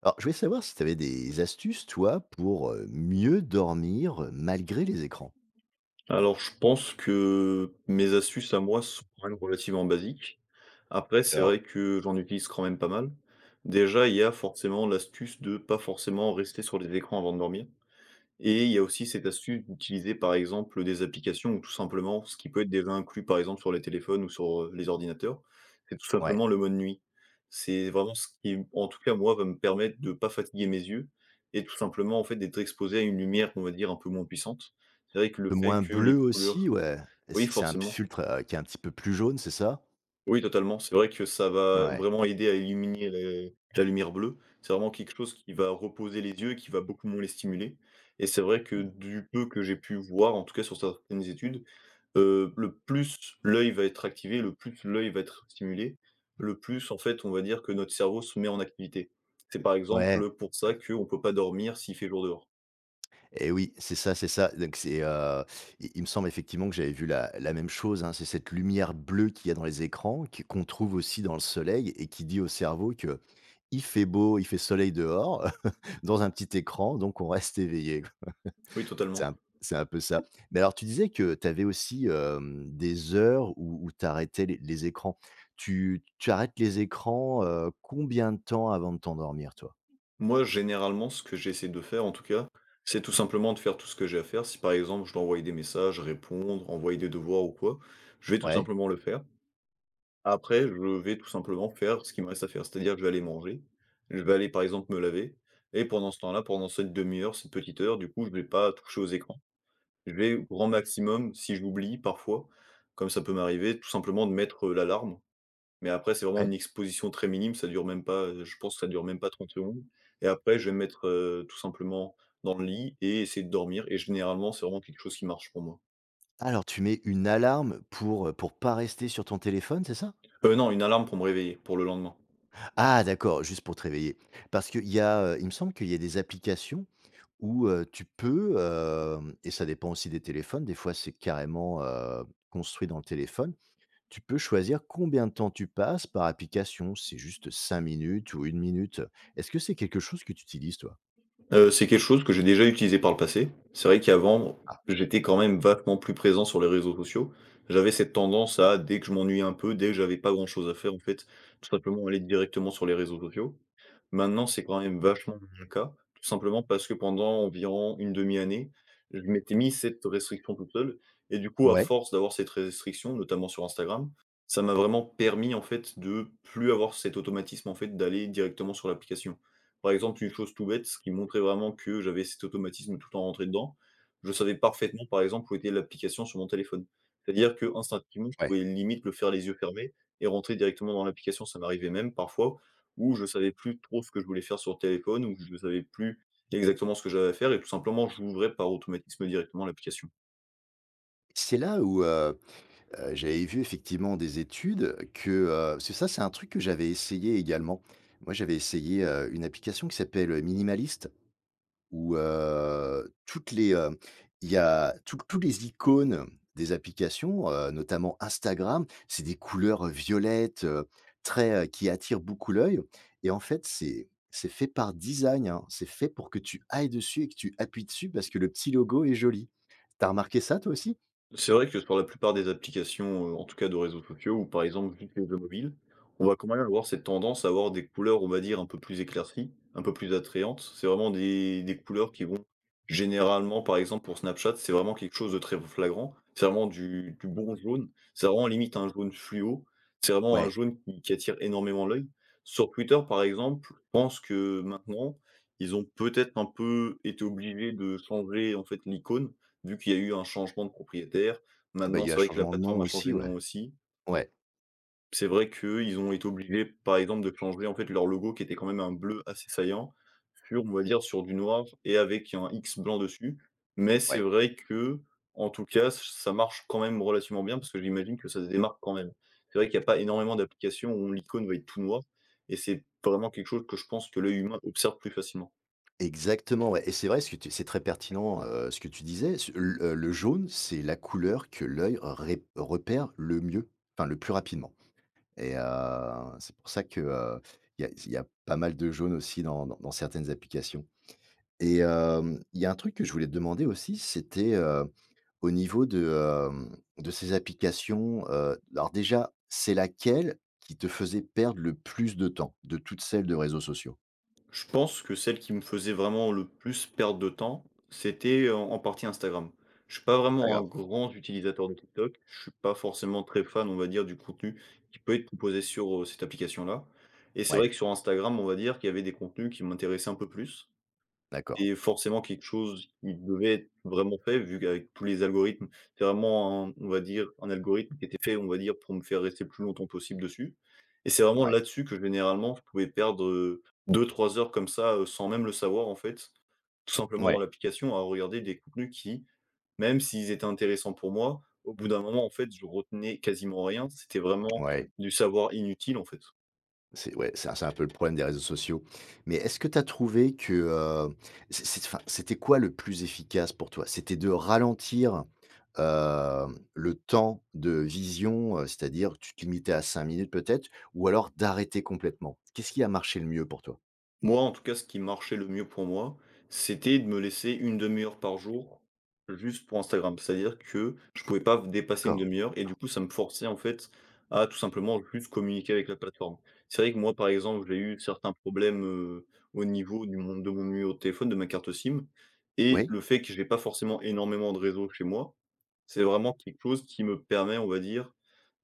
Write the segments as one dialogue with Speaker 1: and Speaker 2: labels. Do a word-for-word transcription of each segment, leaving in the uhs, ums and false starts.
Speaker 1: Alors, je voulais savoir si tu avais des astuces, toi, pour, heu, mieux dormir, heu, malgré les écrans?
Speaker 2: Alors, je pense que mes astuces à moi sont quand même relativement basiques. Après, c'est
Speaker 1: Alors
Speaker 2: vrai que j'en utilise quand même pas mal. Déjà, il y a forcément l'astuce de pas forcément rester sur les écrans avant de dormir. Et il y a aussi cette astuce d'utiliser, par exemple, des applications ou tout simplement ce qui peut être déjà inclus, par exemple, sur les téléphones ou sur, heu, les ordinateurs, c'est tout
Speaker 1: ouais, un
Speaker 2: simplement le mode nuit. C'est vraiment ce qui, en tout cas, moi, va me permettre de pas fatiguer mes yeux et tout simplement, en fait, d'être exposé à une lumière, on va dire, un peu moins puissante. C'est vrai que le
Speaker 1: peu
Speaker 2: fait
Speaker 1: moins
Speaker 2: que
Speaker 1: bleu
Speaker 2: les
Speaker 1: aussi,
Speaker 2: couleurs.
Speaker 1: ouais.
Speaker 2: Oui,
Speaker 1: C'est c'est un
Speaker 2: forcément.
Speaker 1: filtre, heu, qui est un petit peu plus jaune, c'est ça?
Speaker 2: Oui, totalement. C'est vrai que ça va
Speaker 1: Ouais,
Speaker 2: vraiment aider à éliminer les- la lumière bleue. C'est vraiment quelque chose qui va reposer les yeux, qui va beaucoup moins les stimuler. Et c'est vrai que
Speaker 1: mmh,
Speaker 2: du peu que j'ai pu voir, en tout cas sur certaines études, euh, le plus l'œil va être activé, le plus l'œil va être stimulé, le plus, en fait, on va dire que notre cerveau se met en activité. C'est par
Speaker 1: ouais,
Speaker 2: exemple pour ça qu'on ne peut pas dormir s'il fait jour dehors.
Speaker 1: et oui, c'est ça, c'est ça. Donc c'est, heu, il il me semble effectivement que j'avais vu la la même chose, hein. C'est cette lumière bleue qu'il y a dans les écrans, qui qu'on trouve aussi dans le soleil et qui dit au cerveau que il fait beau, il fait soleil dehors, dans un petit écran, donc on reste éveillé.
Speaker 2: Oui,
Speaker 1: C'est
Speaker 2: totalement.
Speaker 1: un c'est un peu ça. Mais alors tu disais que tu avais aussi, hem, des heures où où tu arrêtais les les écrans. Tu tu arrêtes les écrans, heu, combien de temps avant de t'endormir toi?
Speaker 2: Moi, généralement, ce que j'essaie de faire, en tout cas, c'est tout simplement de faire tout ce que j'ai à faire. Si par exemple, je dois envoyer des messages, répondre, envoyer des devoirs ou quoi, je vais tout
Speaker 1: Ouais,
Speaker 2: simplement le faire. Après, je vais tout simplement faire ce qu'il me reste à faire. C'est-à-dire que je vais aller manger, je vais aller par exemple me laver, et pendant ce temps-là, pendant cette demi-heure, cette petite heure, du coup, je ne vais pas toucher aux écrans. Je vais au grand maximum, si je l'oublie parfois, comme ça peut m'arriver, tout simplement de mettre euh, l'alarme, mais après, c'est vraiment
Speaker 1: ouais.
Speaker 2: une exposition très minime, ça dure même pas, heu, je pense que ça dure même pas 30 secondes et après, je vais me mettre, heu, tout simplement dans le lit et essayer de dormir et généralement, c'est vraiment quelque chose qui marche pour moi.
Speaker 1: Alors tu mets une alarme pour, heu, pour pas rester sur ton téléphone, c'est ça?
Speaker 2: Heu, non, une alarme pour me réveiller pour le lendemain.
Speaker 1: Ah d'accord, juste pour te réveiller. Parce qu'il y a, heu, il me semble qu'il y a des applications où, heu, tu peux, hem et ça dépend aussi des téléphones, des fois c'est carrément, heu, construit dans le téléphone. Tu peux choisir combien de temps tu passes par application, c'est juste cinq minutes ou une minute. Est-ce que c'est quelque chose que tu utilises toi?
Speaker 2: Heu, c'est quelque chose que j'ai déjà utilisé par le passé. C'est vrai qu'avant, j'étais quand même vachement plus présent sur les réseaux sociaux. J'avais cette tendance à, dès que je m'ennuyais un peu, dès que j'avais pas grand chose à faire en fait, tout simplement aller directement sur les réseaux sociaux. Maintenant, c'est quand même vachement moins le cas, tout simplement parce que pendant environ une demi année, je m'étais mis cette restriction toute seule et du coup, à
Speaker 1: Ouais,
Speaker 2: force d'avoir cette restriction, notamment sur Instagram, ça m'a vraiment permis en fait de plus avoir cet automatisme en fait d'aller directement sur l'application. Par exemple, une chose tout bête, ce qui montrait vraiment que j'avais cet automatisme tout le temps rentré dedans, je savais parfaitement, par exemple, où était l'application sur mon téléphone. C'est-à-dire qu'instinctivement, je
Speaker 1: ouais.
Speaker 2: pouvais limite le faire les yeux fermés et rentrer directement dans l'application. Ça m'arrivait même parfois où je savais plus trop ce que je voulais faire sur le téléphone, où je ne savais plus exactement ce que j'avais à faire et tout simplement, j'ouvrais par automatisme directement l'application.
Speaker 1: C'est là où, heu heu, J'avais vu effectivement des études que, heu parce que ça, c'est un truc que j'avais essayé également. Moi, j'avais essayé, heu, une application qui s'appelle, heu, Minimalist. Où, heu, toutes les, heu, il y a tous tous les icônes des applications, heu, notamment Instagram, c'est des couleurs, heu, violettes, heu, très, heu, qui attirent beaucoup l'œil et en fait, c'est c'est fait par design, hein. C'est fait pour que tu ailles dessus et que tu appuies dessus parce que le petit logo est joli. T'as remarqué ça toi aussi?
Speaker 2: C'est vrai que sur la plupart des applications, heu, en tout cas de réseaux sociaux ou par exemple juste les jeux mobiles, on va quand même avoir cette tendance à avoir des couleurs, on va dire, un peu plus éclaircies, un peu plus attrayantes. C'est vraiment des des couleurs qui vont généralement, par exemple pour Snapchat, c'est vraiment quelque chose de très flagrant. C'est vraiment du du bon jaune, c'est vraiment limite un jaune fluo, c'est vraiment un
Speaker 1: Ouais.
Speaker 2: jaune qui qui attire énormément l'œil. Sur Twitter, par exemple, je pense que maintenant, ils ont peut-être un peu été obligés de changer en fait l'icône vu qu'il y a eu un changement de propriétaire.
Speaker 1: Ah bah, il
Speaker 2: Maintenant,
Speaker 1: y a un
Speaker 2: c'est vrai que la
Speaker 1: changement de nom
Speaker 2: plateforme a changé de
Speaker 1: aussi,
Speaker 2: nom
Speaker 1: ouais.
Speaker 2: aussi.
Speaker 1: Ouais,
Speaker 2: C'est vrai qu'ils ont été obligés, par exemple, de changer, en fait, leur logo qui était quand même un bleu assez saillant sur, on va dire, sur du noir et avec un X blanc dessus. Mais c'est
Speaker 1: ouais.
Speaker 2: vrai que, en tout cas, ça marche quand même relativement bien parce que j'imagine que ça se démarque quand même. C'est vrai qu'il y a pas énormément d'applications où l'icône va être tout noir et c'est vraiment quelque chose que je pense que l'œil humain observe plus facilement.
Speaker 1: Exactement, ouais et c'est vrai ce que tu c'est très pertinent, heu, ce que tu disais. Ce l heu, le jaune, c'est la couleur que l'œil ré repère le mieux, enfin le plus rapidement et heu, c'est pour ça que, heu, il y a il y a pas mal de jaune aussi dans dans dans certaines applications et hem, il y a un truc que je voulais te demander aussi, c'était, heu, au niveau de, hem, de ces applications, heu, alors déjà, c'est laquelle qui te faisait perdre le plus de temps, de toutes celles de réseaux sociaux?
Speaker 2: Je pense que celle qui me faisait vraiment le plus perdre de temps, c'était en en partie Instagram. Je suis pas
Speaker 1: Pas
Speaker 2: vraiment un
Speaker 1: grave.
Speaker 2: grand utilisateur de TikTok, je suis pas forcément très fan, on va dire, du contenu qui peut être proposé sur, heu, cette application-là et c'est
Speaker 1: Ouais,
Speaker 2: vrai que sur Instagram, on va dire qu'il y avait des contenus qui m'intéressaient un peu plus.
Speaker 1: d'accord.
Speaker 2: C'était forcément quelque chose qui devait être vraiment fait vu qu'avec tous les algorithmes, c'est vraiment un, on va dire, un algorithme qui était fait, on va dire, pour me faire rester le plus longtemps possible dessus et c'est vraiment
Speaker 1: Ouais.
Speaker 2: là-dessus que généralement je pouvais perdre deux trois heures comme ça, heu, sans même le savoir en fait, tout simplement dans
Speaker 1: Ouais.
Speaker 2: l'application à regarder des contenus qui, même s'ils étaient intéressants pour moi, au bout d'un moment en fait je retenais quasiment rien. C'était vraiment
Speaker 1: Ouais.
Speaker 2: du savoir inutile en fait.
Speaker 1: C'est ouais, ça c'est un peu le problème des réseaux sociaux. Mais est-ce que tu as trouvé que, heu, c'est c'est enfin, c'était quoi le plus efficace pour toi? C'était de ralentir, hem, le temps de vision, heu, c'est-à-dire tu te limitais à cinq minutes peut-être? Ou alors d'arrêter complètement? Qu'est-ce qui a marché le mieux pour toi?
Speaker 2: Moi, en tout cas, ce qui marchait le mieux pour moi, c'était de me laisser une demi heure par jour juste pour Instagram. C'est-à-dire que je pouvais pas dépasser une
Speaker 1: D'accord.
Speaker 2: demi heure et du coup, ça me forçait, en fait, à tout simplement juste communiquer avec la plateforme. C'est vrai que moi, par exemple, j'ai eu certains problèmes, heu, au niveau du monde de mon numéro de téléphone, de ma carte SIM, et
Speaker 1: Oui?
Speaker 2: le fait que j'ai pas forcément énormément de réseau chez moi, c'est vraiment quelque chose qui me permet, on va dire,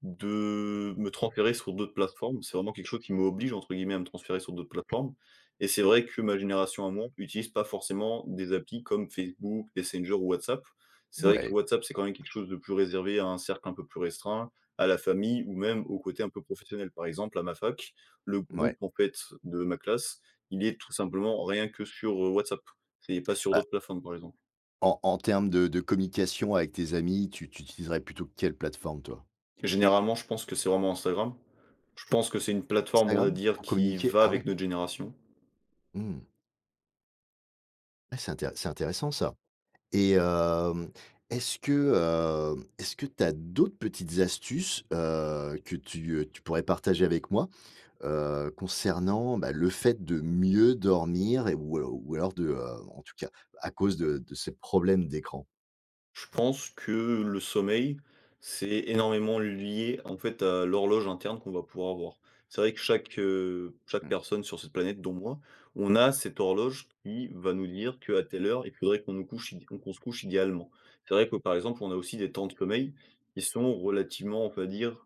Speaker 2: de me transférer sur d'autres plateformes. C'est vraiment quelque chose qui «m'oblige» entre guillemets à me transférer sur d'autres plateformes et c'est vrai que ma génération à moi utilise pas forcément des applis comme Facebook, Messenger ou WhatsApp. C'est vrai que
Speaker 1: Ouais,
Speaker 2: WhatsApp, c'est quand même quelque chose de plus réservé à un cercle un peu plus restreint, à la famille ou même au côté un peu professionnel. Par exemple, à ma fac, le
Speaker 1: ouais.
Speaker 2: groupe en fait de ma classe, il est tout simplement rien que sur, heu, WhatsApp. C'est pas sur
Speaker 1: Bah,
Speaker 2: d'autres plateformes, par exemple.
Speaker 1: en en termes de de communication avec tes amis, tu tu utiliserais plutôt quelle plateforme toi?
Speaker 2: Généralement, je pense que c'est vraiment Instagram. Je pense que c'est une plateforme, on va
Speaker 1: Instagram?
Speaker 2: dire,
Speaker 1: Pour
Speaker 2: qui
Speaker 1: communiquer?
Speaker 2: va
Speaker 1: Ah
Speaker 2: avec
Speaker 1: ouais?
Speaker 2: notre génération.
Speaker 1: Mmh. Ah c'est intér c'est intéressant ça. Et hem, est-ce que, heu, est-ce que tu as d'autres petites astuces, heu, que tu, heu, tu pourrais partager avec moi, heu, concernant, bah, le fait de mieux dormir et ou alors ou alors de, heu, en tout cas, à cause de de ces problèmes d'écran?
Speaker 2: Je pense que le sommeil, c'est énormément lié, en fait, à l'horloge interne qu'on va pouvoir avoir. C'est vrai que chaque, heu, chaque
Speaker 1: Mmh.
Speaker 2: personne sur cette planète, dont moi, on a cette horloge qui va nous dire qu'à telle heure, il faudrait qu'on nous couche id qu'on se couche idéalement. C'est vrai que, par exemple, on a aussi des temps de sommeil qui sont relativement, on va dire,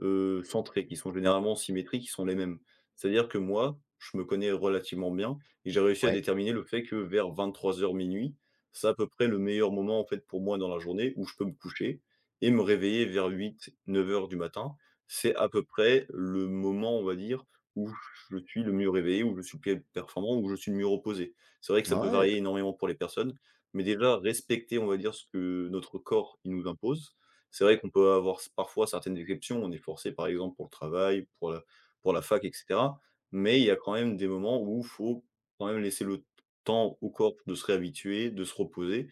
Speaker 2: heu, centrés, qui sont généralement symétriques, qui sont les mêmes. C'est-à-dire que moi, je me connais relativement bien et j'ai réussi à
Speaker 1: Ouais,
Speaker 2: déterminer le fait que vers vingt-trois heures minuit c'est à peu près le meilleur moment en fait pour moi dans la journée où je peux me coucher et me réveiller vers huit neuf heures du matin. C'est à peu près le moment, on va dire, où je suis le mieux réveillé, où je suis le plus performant, où je suis le mieux reposé. C'est vrai que ça peut
Speaker 1: ouais,
Speaker 2: varier énormément pour les personnes, mais déjà respecter, on va dire, ce que notre corps il nous impose. C'est vrai qu'on peut avoir s- parfois certaines exceptions, on est forcé par exemple pour le travail, pour la, pour la fac, et cetera. Mais il y a quand même des moments où il faut quand même laisser le temps au corps de se réhabituer, de se reposer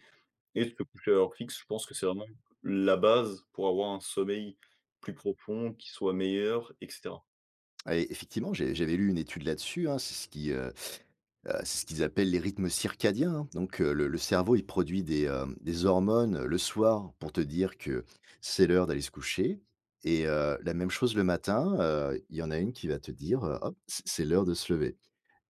Speaker 2: et de se coucher à l'heure fixe. Je pense que c'est vraiment la base pour avoir un sommeil plus profond, qui soit meilleur et cetera.
Speaker 1: ouais et effectivement, j'ai j'avais lu une étude là-dessus, hein. C'est ce qui, heu, Heu, c'est ce qu'ils appellent les rythmes circadiens, hein. Donc, heu, le le cerveau, il produit des, hem, des hormones, heu, le soir pour te dire que c'est l'heure d'aller se coucher et heu, la même chose le matin, heu, il y en a une qui va te dire, heu: «Hop, c'est c'est l'heure de se lever»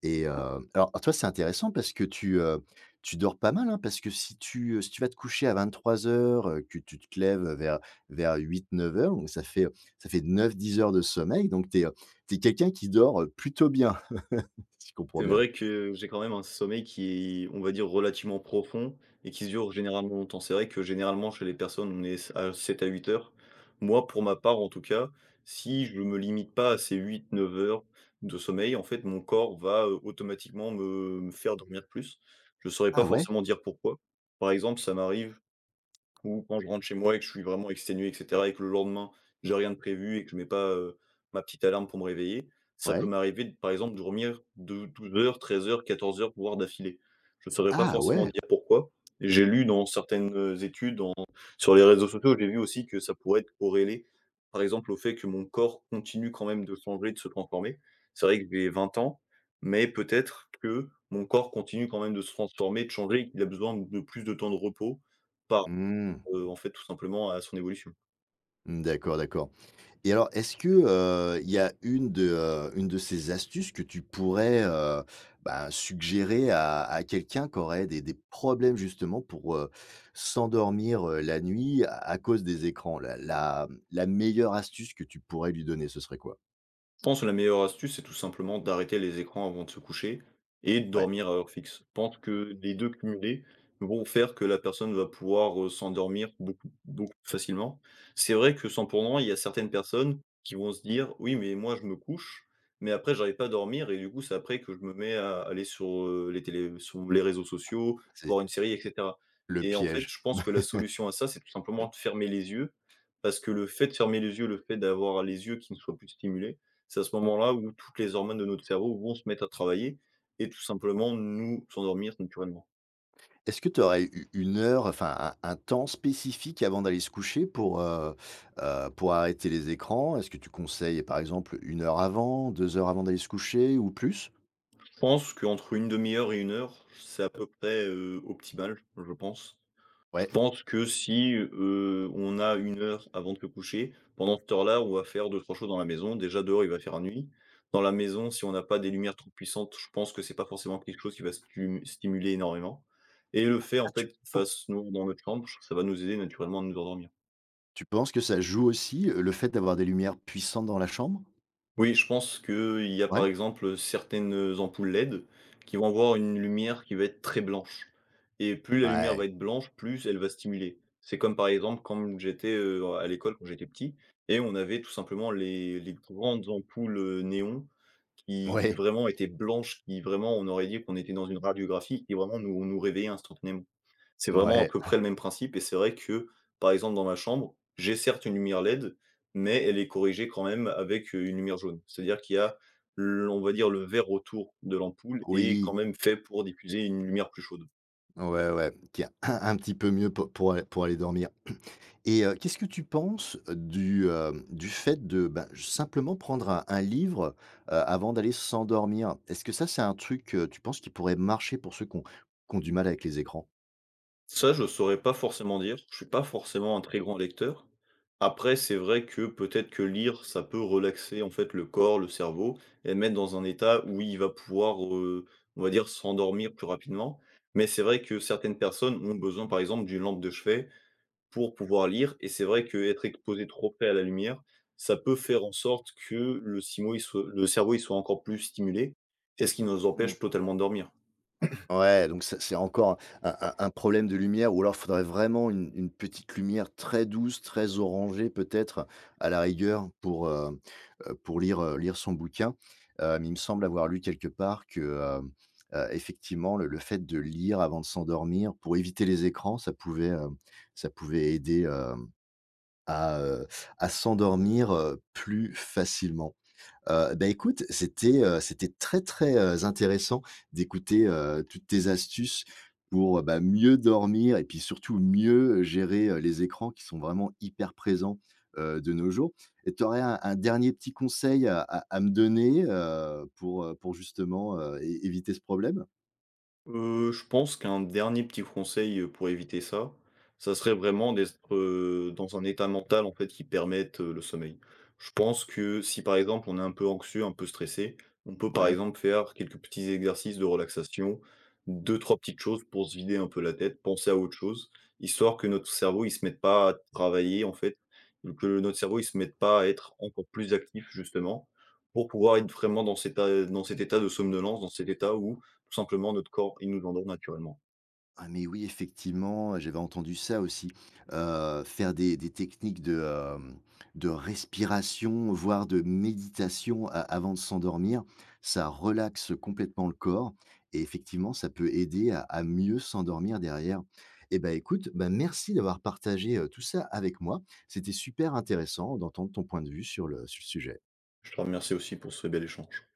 Speaker 1: et heu, alors toi, c'est intéressant parce que tu, heu, tu dors pas mal, hein? Parce que si tu, heu, si tu vas te coucher à vingt-trois heures, heu, que tu te lèves, heu, vers vers huit heures donc ça fait, ça fait neuf dix heures de sommeil, donc tu es, quelqu'un qui dort, heu, plutôt bien, si je comprends
Speaker 2: C'est
Speaker 1: bien.
Speaker 2: vrai que j'ai quand même un sommeil qui est, on va dire, relativement profond et qui dure généralement longtemps. C'est vrai que généralement chez les personnes, on est à sept à huit heures. Moi, pour ma part en tout cas, si je me limite pas à ces huit-neuf heures de sommeil, en fait, mon corps va, heu, automatiquement me me faire dormir plus. Je saurais pas
Speaker 1: Ah ouais?
Speaker 2: forcément dire pourquoi. Par exemple, ça m'arrive. Ou quand je rentre chez moi et que je suis vraiment exténué et cetera et que le lendemain, j'ai rien de prévu et que je mets pas, heu, ma petite alarme pour me réveiller, ça peut
Speaker 1: Ouais.
Speaker 2: m'arriver de, par exemple, de dormir de douze heures, treize heures, quatorze heures, voire d'affilée. Je ne saurais pas
Speaker 1: Ah
Speaker 2: forcément
Speaker 1: ouais!
Speaker 2: dire pourquoi. J'ai lu dans certaines, heu, études, dans sur les réseaux sociaux, j'ai vu aussi que ça pourrait être corrélé, par exemple, au fait que mon corps continue quand même de changer, de se transformer. C'est vrai que j'ai vingt ans, mais peut-être que mon corps continue quand même de se transformer, de changer, et qu'il a besoin de plus de temps de repos par
Speaker 1: Mmh.
Speaker 2: heu, en fait, tout simplement à son évolution.
Speaker 1: D'accord, d'accord. Et alors, est-ce que, heu, il y a une de, heu, une de ces astuces que tu pourrais, heu, bah, suggérer à à quelqu'un qui aurait des des problèmes justement pour, heu, s'endormir, heu, la nuit à à cause des écrans? La la, mmh, la meilleure astuce que tu pourrais lui donner, ce serait quoi?
Speaker 2: Je pense que la meilleure astuce, c'est tout simplement d'arrêter les écrans avant de se coucher et de
Speaker 1: Ouais,
Speaker 2: dormir à heure fixe. Je pense que les deux cumulés vont faire que la personne va pouvoir, heu, s'endormir beaucoup beaucoup plus facilement. C'est vrai que sans pour autant, il y a certaines personnes qui vont se dire: «Oui, mais moi je me couche, mais après j'arrive pas à dormir et du coup, c'est après que je me mets à aller sur, heu, les télé sur les réseaux sociaux,
Speaker 1: c'est
Speaker 2: voir une série et cetera»
Speaker 1: le
Speaker 2: et en fait,
Speaker 1: piège.
Speaker 2: je pense que la solution à ça, c'est tout simplement de fermer les yeux parce que le fait de fermer les yeux, le fait d'avoir les yeux qui ne soient plus stimulés, c'est à ce moment-là où toutes les hormones de notre cerveau vont se mettre à travailler et tout simplement nous s'endormir naturellement.
Speaker 1: Est-ce que tu aurais eu une heure, enfin un un temps spécifique avant d'aller se coucher pour, heu heu, pour arrêter les écrans? Est-ce que tu conseilles par exemple une heure avant, deux heures avant d'aller se coucher ou plus?
Speaker 2: Je pense qu'entre une demi heure et une heure, c'est à peu près, heu, optimal, je pense. Je
Speaker 1: Ouais.
Speaker 2: pense que si, heu, on a une heure avant de se coucher, pendant cette heure-là, on va faire deux trois choses dans la maison. Déjà dehors, il va faire nuit. Dans la maison, si on n'a pas des lumières trop puissantes, je pense que c'est pas forcément quelque chose qui va stu stimuler énormément, et le fait, en
Speaker 1: Ah tu
Speaker 2: fait, qu'il
Speaker 1: pen
Speaker 2: fasse noir dans notre chambre, ça va nous aider naturellement à nous endormir.
Speaker 1: tu penses que ça joue aussi, heu, le fait d'avoir des lumières puissantes dans la chambre?
Speaker 2: Oui, je pense qu'il y a, par
Speaker 1: Ouais.
Speaker 2: exemple, certaines ampoules L E D qui vont avoir une lumière qui va être très blanche, et plus la lumière
Speaker 1: Ouais,
Speaker 2: va être blanche, plus elle va stimuler. C'est comme, par exemple, quand j'étais, heu, à l'école, quand j'étais petit, et on avait tout simplement les les grandes ampoules, heu, néons, qui
Speaker 1: ouais,
Speaker 2: vraiment étaient blanches, qui vraiment on aurait dit qu'on était dans une radiographie, qui vraiment nous nous réveillait instantanément. C'est vraiment à
Speaker 1: ouais,
Speaker 2: peu près le même principe et c'est vrai que, par exemple, dans ma chambre, j'ai certes une lumière L E D, mais elle est corrigée quand même avec, heu, une lumière jaune. C'est-à-dire qu'il y a l on va dire, le vert autour de l'ampoule est
Speaker 1: oui.
Speaker 2: quand même fait pour diffuser une lumière plus chaude.
Speaker 1: Ouais, ouais, qui est un un petit peu mieux po pour aller pour aller dormir. Et heu, qu'est-ce que tu penses du, hem, du fait de, ben, simplement prendre un un livre, heu, avant d'aller s'endormir? Est-ce que ça, c'est un truc, heu, tu penses qui pourrait marcher pour ceux qui ont qui ont du mal avec les écrans?
Speaker 2: Ça, je saurais pas forcément dire. Je suis pas forcément un très grand lecteur. Après, c'est vrai que peut-être que lire, ça peut relaxer en fait le corps, le cerveau, et le mettre dans un état où il va pouvoir, heu, on va dire, s'endormir plus rapidement. Mais c'est vrai que certaines personnes ont besoin, par exemple, d'une lampe de chevet pour pouvoir lire, et c'est vrai qu'être exposé trop près à la lumière, ça peut faire en sorte que le cimo il soit le cerveau, il soit encore plus stimulé, et ce qui nous empêche totalement de dormir.
Speaker 1: Ouais, donc ça c'est encore un un un problème de lumière ou alors il faudrait vraiment une une petite lumière très douce, très orangée peut-être à la rigueur pour, heu heu, pour lire, heu, lire son bouquin. Euh, Mais il me semble avoir lu quelque part que, hem, heu, effectivement le le fait de lire avant de s'endormir pour éviter les écrans, ça pouvait, heu, ça pouvait aider, hem, à, heu, à s'endormir, heu, plus facilement. Heu, bah, écoute, c'était, heu, c'était très, très, heu, intéressant d'écouter, heu, toutes tes astuces pour, heu, bah, mieux dormir et puis surtout mieux gérer, heu, les écrans qui sont vraiment hyper présents, heu, de nos jours. Et tu aurais un un dernier petit conseil à à à me donner, heu, pour, heu, pour justement, heu, é éviter ce problème?
Speaker 2: Heu, je pense qu'un dernier petit conseil, heu, pour éviter ça, ça serait vraiment d'être, heu, dans un état mental, en fait, qui permette, heu, le sommeil. Je pense que si, par exemple, on est un peu anxieux, un peu stressé, on peut, par
Speaker 1: Ouais.
Speaker 2: exemple, faire quelques petits exercices de relaxation, deux trois petites choses pour se vider un peu la tête, penser à autre chose, histoire que notre cerveau, il se mette pas à travailler, en fait, que notre cerveau, il se mette pas à être encore plus actif, justement, pour pouvoir être vraiment dans cet a dans cet état de somnolence, dans cet état où tout simplement, notre corps, il nous en donne naturellement.
Speaker 1: Ah mais oui, effectivement, j'avais entendu ça aussi. Heu, faire des des techniques de, hem, de respiration, voire de méditation a avant de s'endormir, ça relaxe complètement le corps et effectivement, ça peut aider à à mieux s'endormir derrière. Et ben écoute, bah, merci d'avoir partagé, heu, tout ça avec moi. C'était super intéressant d'entendre ton point de vue sur le sur le sujet.
Speaker 2: Je te remercie aussi pour ce bel échange.